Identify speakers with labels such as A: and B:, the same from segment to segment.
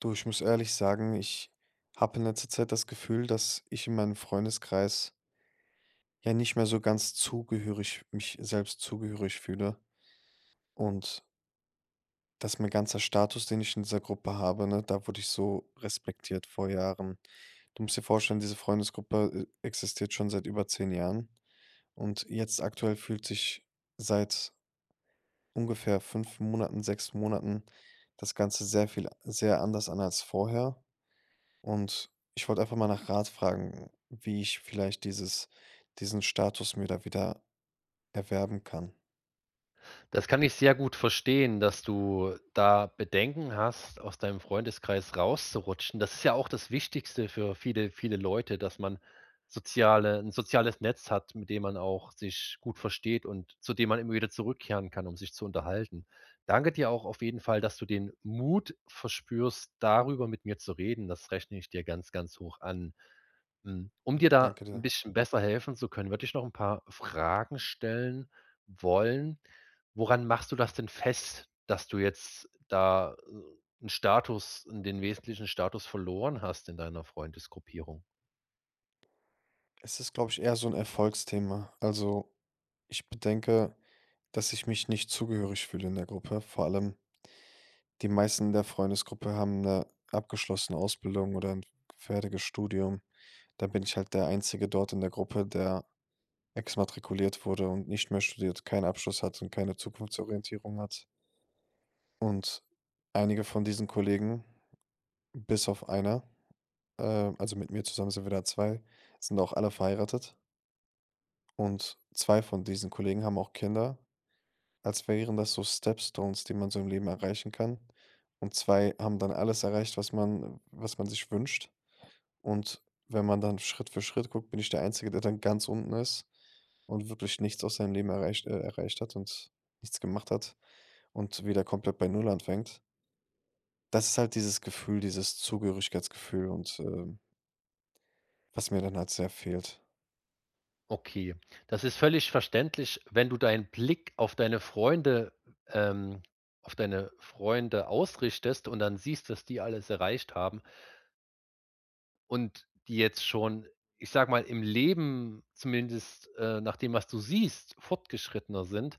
A: Du, ich muss ehrlich sagen, ich habe in letzter Zeit das Gefühl, dass ich in meinem Freundeskreis ja nicht mehr so ganz zugehörig, mich selbst zugehörig fühle. Und dass mein ganzer Status, den ich in dieser Gruppe habe, ne, da wurde ich so respektiert vor Jahren. Du musst dir vorstellen, diese Freundesgruppe existiert schon seit über 10 Jahren. Und jetzt aktuell fühlt sich seit ungefähr 5 Monaten, 6 Monaten das Ganze sehr anders an als vorher. Und ich wollte einfach mal nach Rat fragen, wie ich vielleicht dieses diesen Status mir da wieder erwerben kann.
B: Das kann ich sehr gut verstehen, dass du da Bedenken hast, aus deinem Freundeskreis rauszurutschen. Das ist ja auch das Wichtigste für viele, viele Leute, dass man soziale ein soziales Netz hat, mit dem man auch sich gut versteht und zu dem man immer wieder zurückkehren kann, um sich zu unterhalten. Danke dir auch auf jeden Fall, dass du den Mut verspürst, darüber mit mir zu reden. Das rechne ich dir ganz, ganz hoch an. Mhm. Um dir da
A: Danke
B: ein
A: dir.
B: bisschen besser helfen zu können, würde ich noch ein paar Fragen stellen wollen. Woran machst du das denn fest, dass du jetzt da, 'n Status den wesentlichen Status verloren hast in deiner Freundesgruppierung?
A: Es ist, glaube ich, eher so ein Erfolgsthema. Also, ich bedenke, dass ich mich nicht zugehörig fühle in der Gruppe. Vor allem die meisten in der Freundesgruppe haben eine abgeschlossene Ausbildung oder ein fertiges Studium. Da bin ich halt der Einzige dort in der Gruppe, der exmatrikuliert wurde und nicht mehr studiert, keinen Abschluss hat und keine Zukunftsorientierung hat. Und einige von diesen Kollegen, bis auf einer, äh, also mit mir zusammen sind wir da zwei, sind auch alle verheiratet und 2 von diesen Kollegen haben auch Kinder, als wären das so Stepstones, die man so im Leben erreichen kann. Und 2 haben dann alles erreicht, was man sich wünscht. Und wenn man dann Schritt für Schritt guckt, bin ich der Einzige, der dann ganz unten ist und wirklich nichts aus seinem Leben erreicht hat und nichts gemacht hat und wieder komplett bei Null anfängt. Das ist halt dieses Gefühl, dieses Zugehörigkeitsgefühl und was mir dann halt sehr fehlt.
B: Okay, das ist völlig verständlich, wenn du deinen Blick auf deine Freunde ähm, ausrichtest und dann siehst, dass die alles erreicht haben und die jetzt schon, ich sage mal, im Leben zumindest, nach dem, was du siehst, fortgeschrittener sind,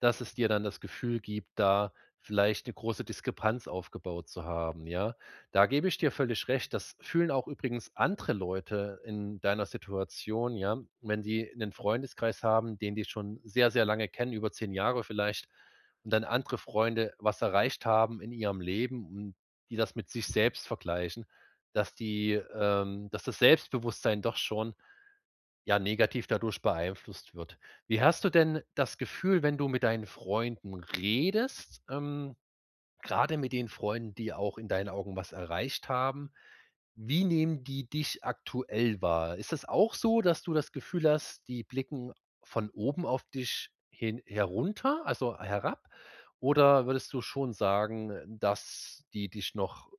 B: dass es dir dann das Gefühl gibt, da vielleicht 'ne große Diskrepanz aufgebaut zu haben, ja? Da gebe ich dir völlig recht. Das fühlen auch übrigens andere Leute in deiner Situation, ja, wenn die 'nen Freundeskreis haben, den die schon sehr, sehr lange kennen, über 10 Jahre vielleicht, und dann andere Freunde was erreicht haben in ihrem Leben und die das mit sich selbst vergleichen, dass das Selbstbewusstsein doch schon, ja, negativ dadurch beeinflusst wird. Wie hast du denn das Gefühl, wenn du mit deinen Freunden redest, grade mit den Freunden, die auch in deinen Augen was erreicht haben, wie nehmen die dich aktuell wahr? Ist es auch so, dass du das Gefühl hast, die blicken von oben auf dich hin herunter, also herab? Oder würdest du schon sagen, dass die dich noch,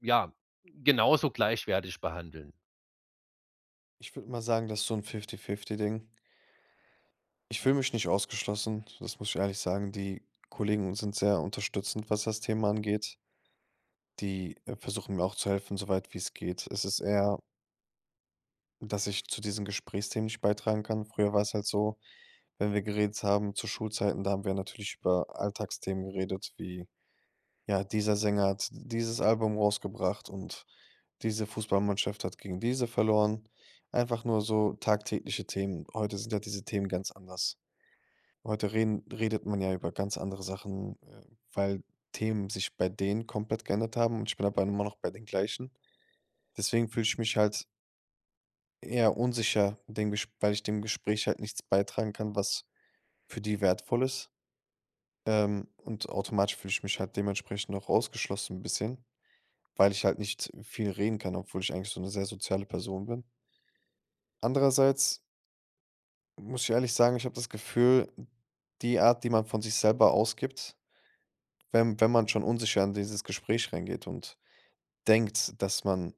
B: ja, genauso gleichwertig behandeln?
A: Ich würde mal sagen, das ist so ein Fifty-Fifty-Ding. Ich fühle mich nicht ausgeschlossen, das muss ich ehrlich sagen. Die Kollegen sind sehr unterstützend, was das Thema angeht. Die versuchen mir auch zu helfen, soweit wie es geht. Es ist eher, dass ich zu diesen Gesprächsthemen nicht beitragen kann. Früher war es halt so, wenn wir geredet haben zu Schulzeiten, da haben wir natürlich über Alltagsthemen geredet wie, ja, dieser Sänger hat dieses Album rausgebracht und diese Fußballmannschaft hat gegen diese verloren. Einfach nur so tagtägliche Themen. Heute sind ja diese Themen ganz anders. Heute redet man ja über ganz andere Sachen, weil Themen sich bei denen komplett geändert haben und ich bin aber immer noch bei den gleichen. Deswegen fühle ich mich halt eher unsicher, weil ich dem Gespräch halt nichts beitragen kann, was für die wertvoll ist. Und automatisch fühle ich mich halt dementsprechend auch ausgeschlossen ein bisschen, weil ich halt nicht viel reden kann, obwohl ich eigentlich so eine sehr soziale Person bin. Andererseits muss ich ehrlich sagen, ich habe das Gefühl, die Art, die man von sich selber ausgibt, wenn man schon unsicher in dieses Gespräch reingeht und denkt, dass man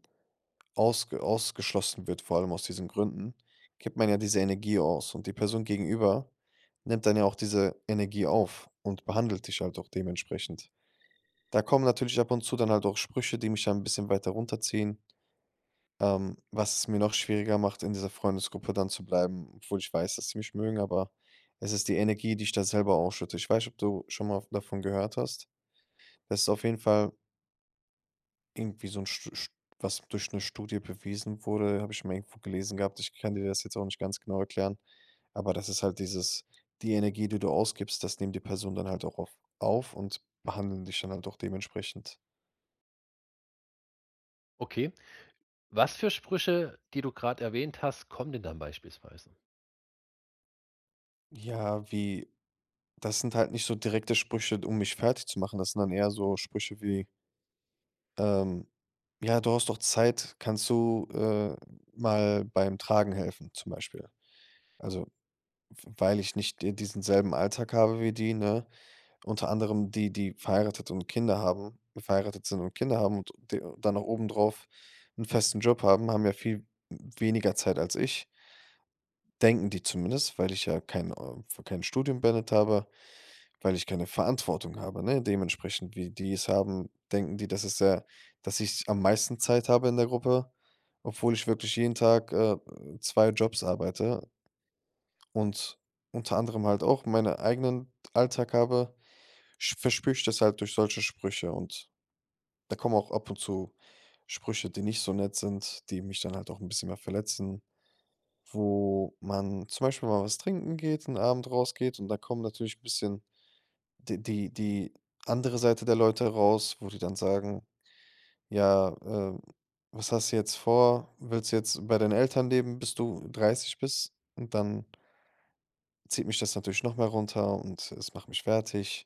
A: ausgeschlossen wird, vor allem aus diesen Gründen, gibt man ja diese Energie aus und die Person gegenüber nimmt dann ja auch diese Energie auf und behandelt dich halt auch dementsprechend. Da kommen natürlich ab und zu dann halt auch Sprüche, die mich dann ein bisschen weiter runterziehen. Was es mir noch schwieriger macht, in dieser Freundesgruppe dann zu bleiben, obwohl ich weiß, dass sie mich mögen, aber es ist die Energie, die ich da selber ausschütte. Ich weiß nicht, ob du schon mal davon gehört hast. Das ist auf jeden Fall irgendwie so ein, Stu Stu was durch eine Studie bewiesen wurde, habe ich mal irgendwo gelesen gehabt. Ich kann dir das jetzt auch nicht ganz genau erklären, aber das ist halt dieses, die Energie, die du ausgibst, das nimmt die Person dann halt auch auf und behandeln dich dann halt auch dementsprechend.
B: Okay. Was für Sprüche, die du gerade erwähnt hast, kommen denn dann beispielsweise?
A: Ja, wie, das sind halt nicht so direkte Sprüche, um mich fertig zu machen. Das sind dann eher so Sprüche wie, Ähm, ja, du hast doch Zeit, kannst du, mal beim Tragen helfen zum Beispiel. Also, w weil ich nicht diesen selben Alltag habe wie die, ne? Unter anderem die, die verheiratet sind und Kinder haben und d dann noch obendrauf einen festen Job haben, haben ja viel weniger Zeit als ich, denken die zumindest, weil ich ja kein Studium beendet habe. Weil ich keine Verantwortung habe, ne? Dementsprechend, wie die es haben, denken die, dass es ja dass ich am meisten Zeit habe in der Gruppe, obwohl ich wirklich jeden Tag, zwei Jobs arbeite und unter anderem halt auch meinen eigenen Alltag habe, sch verspüre ich das halt durch solche Sprüche, und da kommen auch ab und zu Sprüche, die nicht so nett sind, die mich dann halt auch ein bisschen mehr verletzen, wo man zum Beispiel mal was trinken geht, einen Abend rausgeht, und da kommen natürlich ein bisschen die andere Seite der Leute raus, wo die dann sagen: „Ja, was hast du jetzt vor? Willst du jetzt bei deinen Eltern leben, bis du 30 bist?“ Und dann zieht mich das natürlich noch mehr runter und es macht mich fertig.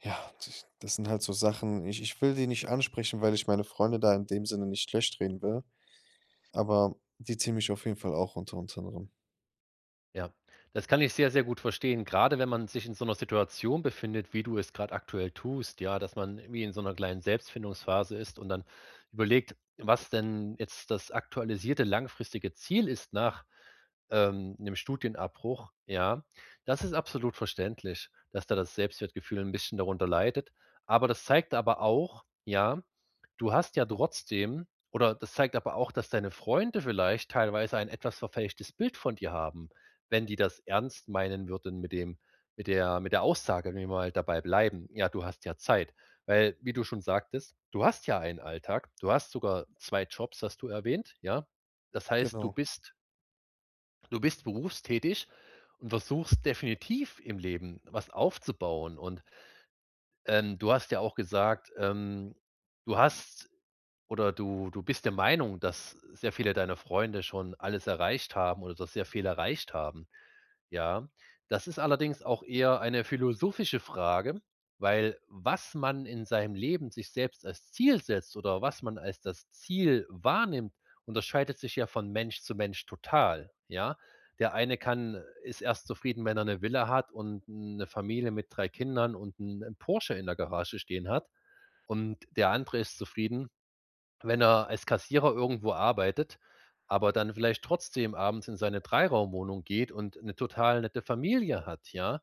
A: Ja, d das sind halt so Sachen. Ich will die nicht ansprechen, weil ich meine Freunde da in dem Sinne nicht schlecht reden will, aber die ziehen mich auf jeden Fall auch runter, unter anderem.
B: Ja, das kann ich sehr, sehr gut verstehen. Gerade wenn man sich in so einer Situation befindet, wie du es gerade aktuell tust, ja, dass man wie in so einer kleinen Selbstfindungsphase ist und dann überlegt, was denn jetzt das aktualisierte langfristige Ziel ist nach, 'nem Studienabbruch, ja. Das ist absolut verständlich, dass da das Selbstwertgefühl ein bisschen darunter leidet. Aber das zeigt aber auch, ja, du hast ja trotzdem, oder das zeigt aber auch, dass deine Freunde vielleicht teilweise ein etwas verfälschtes Bild von dir haben, wenn die das ernst meinen würden mit dem, mit der Aussage, wenn wir mal dabei bleiben: „Ja, du hast ja Zeit." Weil, wie du schon sagtest, du hast ja einen Alltag, du hast sogar 2 Jobs, hast du erwähnt, ja? Das heißt, du
A: Genau.
B: bist, du bist berufstätig und versuchst definitiv im Leben was aufzubauen. Und, du hast ja auch gesagt, du hast oder du du bist der Meinung, dass sehr viele deiner Freunde schon alles erreicht haben oder dass sehr viel erreicht haben. Ja, das ist allerdings auch eher eine philosophische Frage, weil was man in seinem Leben sich selbst als Ziel setzt oder was man als das Ziel wahrnimmt, unterscheidet sich ja von Mensch zu Mensch total, ja? Der eine kann ist erst zufrieden, wenn er eine Villa hat und eine Familie mit 3 Kindern und einen Porsche in der Garage stehen hat, und der andere ist zufrieden, wenn er als Kassierer irgendwo arbeitet, aber dann vielleicht trotzdem abends in seine Dreiraumwohnung geht und 'ne total nette Familie hat, ja?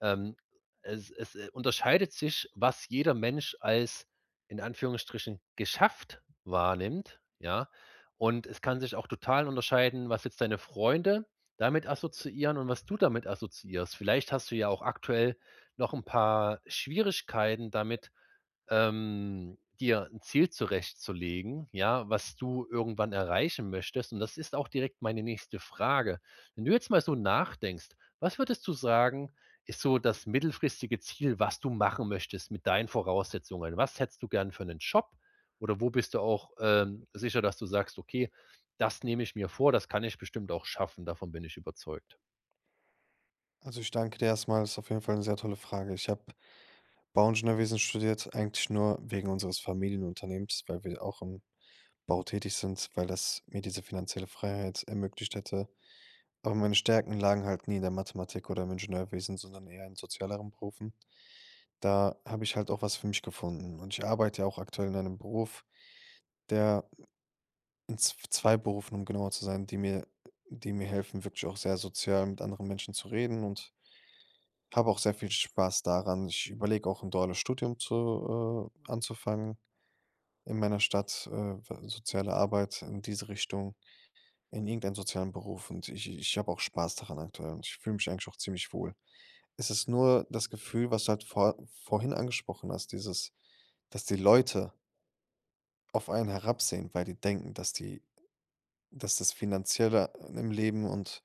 B: Ähm, es unterscheidet sich, was jeder Mensch als, in Anführungsstrichen, „geschafft" wahrnimmt, ja? Und es kann sich auch total unterscheiden, was jetzt deine Freunde damit assoziieren und was du damit assoziierst. Vielleicht hast du ja auch aktuell noch 'n paar Schwierigkeiten damit, dir ein Ziel zurechtzulegen, ja, was du irgendwann erreichen möchtest. Und das ist auch direkt meine nächste Frage. Wenn du jetzt mal so nachdenkst, was würdest du sagen, ist so das mittelfristige Ziel, was du machen möchtest mit deinen Voraussetzungen? Was hättest du gern für einen Job? Oder wo bist du auch, sicher, dass du sagst: „Okay, das nehme ich mir vor, das kann ich bestimmt auch schaffen, davon bin ich überzeugt?"
A: Also, ich danke dir erst mal. Ist auf jeden Fall eine sehr tolle Frage. Ich habe Bauingenieurwesen studiert, eigentlich nur wegen unseres Familienunternehmens, weil wir auch im Bau tätig sind, weil das mir diese finanzielle Freiheit ermöglicht hätte. Aber meine Stärken lagen halt nie in der Mathematik oder im Ingenieurwesen, sondern eher in sozialeren Berufen. Da habe ich halt auch was für mich gefunden. Und ich arbeite ja auch aktuell in einem Beruf, der, in z zwei Berufen, um genauer zu sein, die mir helfen, wirklich auch sehr sozial mit anderen Menschen zu reden, und habe auch sehr viel Spaß daran. Ich überlege auch ein duales Studium zu anzufangen. In meiner Stadt, soziale Arbeit in diese Richtung, in irgendeinen sozialen Beruf. Und ich habe auch Spaß daran aktuell, und ich fühle mich eigentlich auch ziemlich wohl. Es ist nur das Gefühl, was du halt vorhin angesprochen hast, dieses, dass die Leute auf einen herabsehen, weil die denken, dass das Finanzielle im Leben und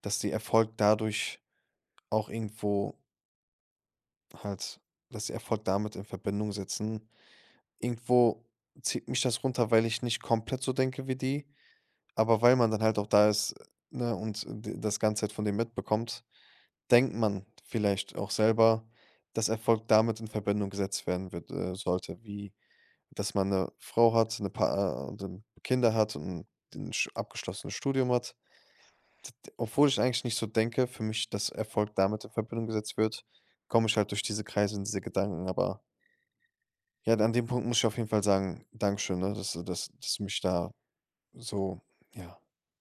A: dass die Erfolg dadurch auch irgendwo halt, dass sie Erfolg damit in Verbindung setzen. Irgendwo zieht mich das runter, weil ich nicht komplett so denke wie die, aber weil man dann halt auch da ist, ne, und d das Ganze halt von dem mitbekommt, denkt man vielleicht auch selber, dass Erfolg damit in Verbindung gesetzt werden wird sollte, wie dass man eine Frau hat, eine Pa und dann Kinder hat und ein sch abgeschlossenes Studium hat. D d Obwohl ich eigentlich nicht so denke für mich, dass Erfolg damit in Verbindung gesetzt wird, komme ich halt durch diese Kreise und diese Gedanken. Aber ja, an dem Punkt muss ich auf jeden Fall sagen, Dankeschön, ne, dass du mich da so, ja,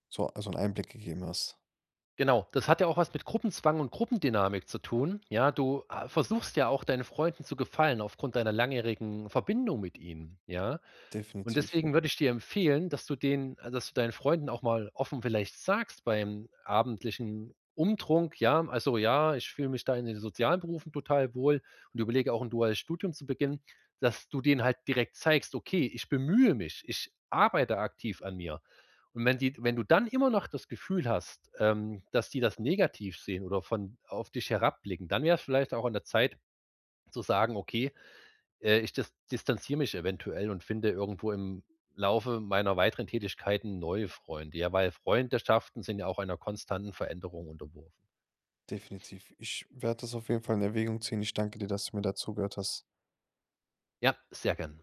A: so 'n Einblick gegeben hast.
B: Genau, das hat ja auch was mit Gruppenzwang und Gruppendynamik zu tun. Ja, du, versuchst ja auch deinen Freunden zu gefallen aufgrund deiner langjährigen Verbindung mit ihnen, ja? Und
A: Definitiv,
B: deswegen würde ich dir empfehlen, dass du deinen Freunden auch mal offen vielleicht sagst beim abendlichen Umtrunk, ja: „Also, ja, ich fühle mich da in den sozialen Berufen total wohl und überlege auch ein duales Studium zu beginnen", dass du denen halt direkt zeigst: „Okay, ich bemühe mich, ich arbeite aktiv an mir." Und wenn du dann immer noch das Gefühl hast, dass die das negativ sehen oder von auf dich herabblicken, dann wäre es vielleicht auch an der Zeit zu sagen: „Okay, ich distanziere mich eventuell und finde irgendwo im Laufe meiner weiteren Tätigkeiten neue Freunde." Ja, weil Freundschaften sind ja auch einer konstanten Veränderung unterworfen.
A: definitiv. Ich werde das auf jeden Fall in Erwägung ziehen. Ich danke dir, dass du mir da zugehört hast.
B: Ja, sehr gern.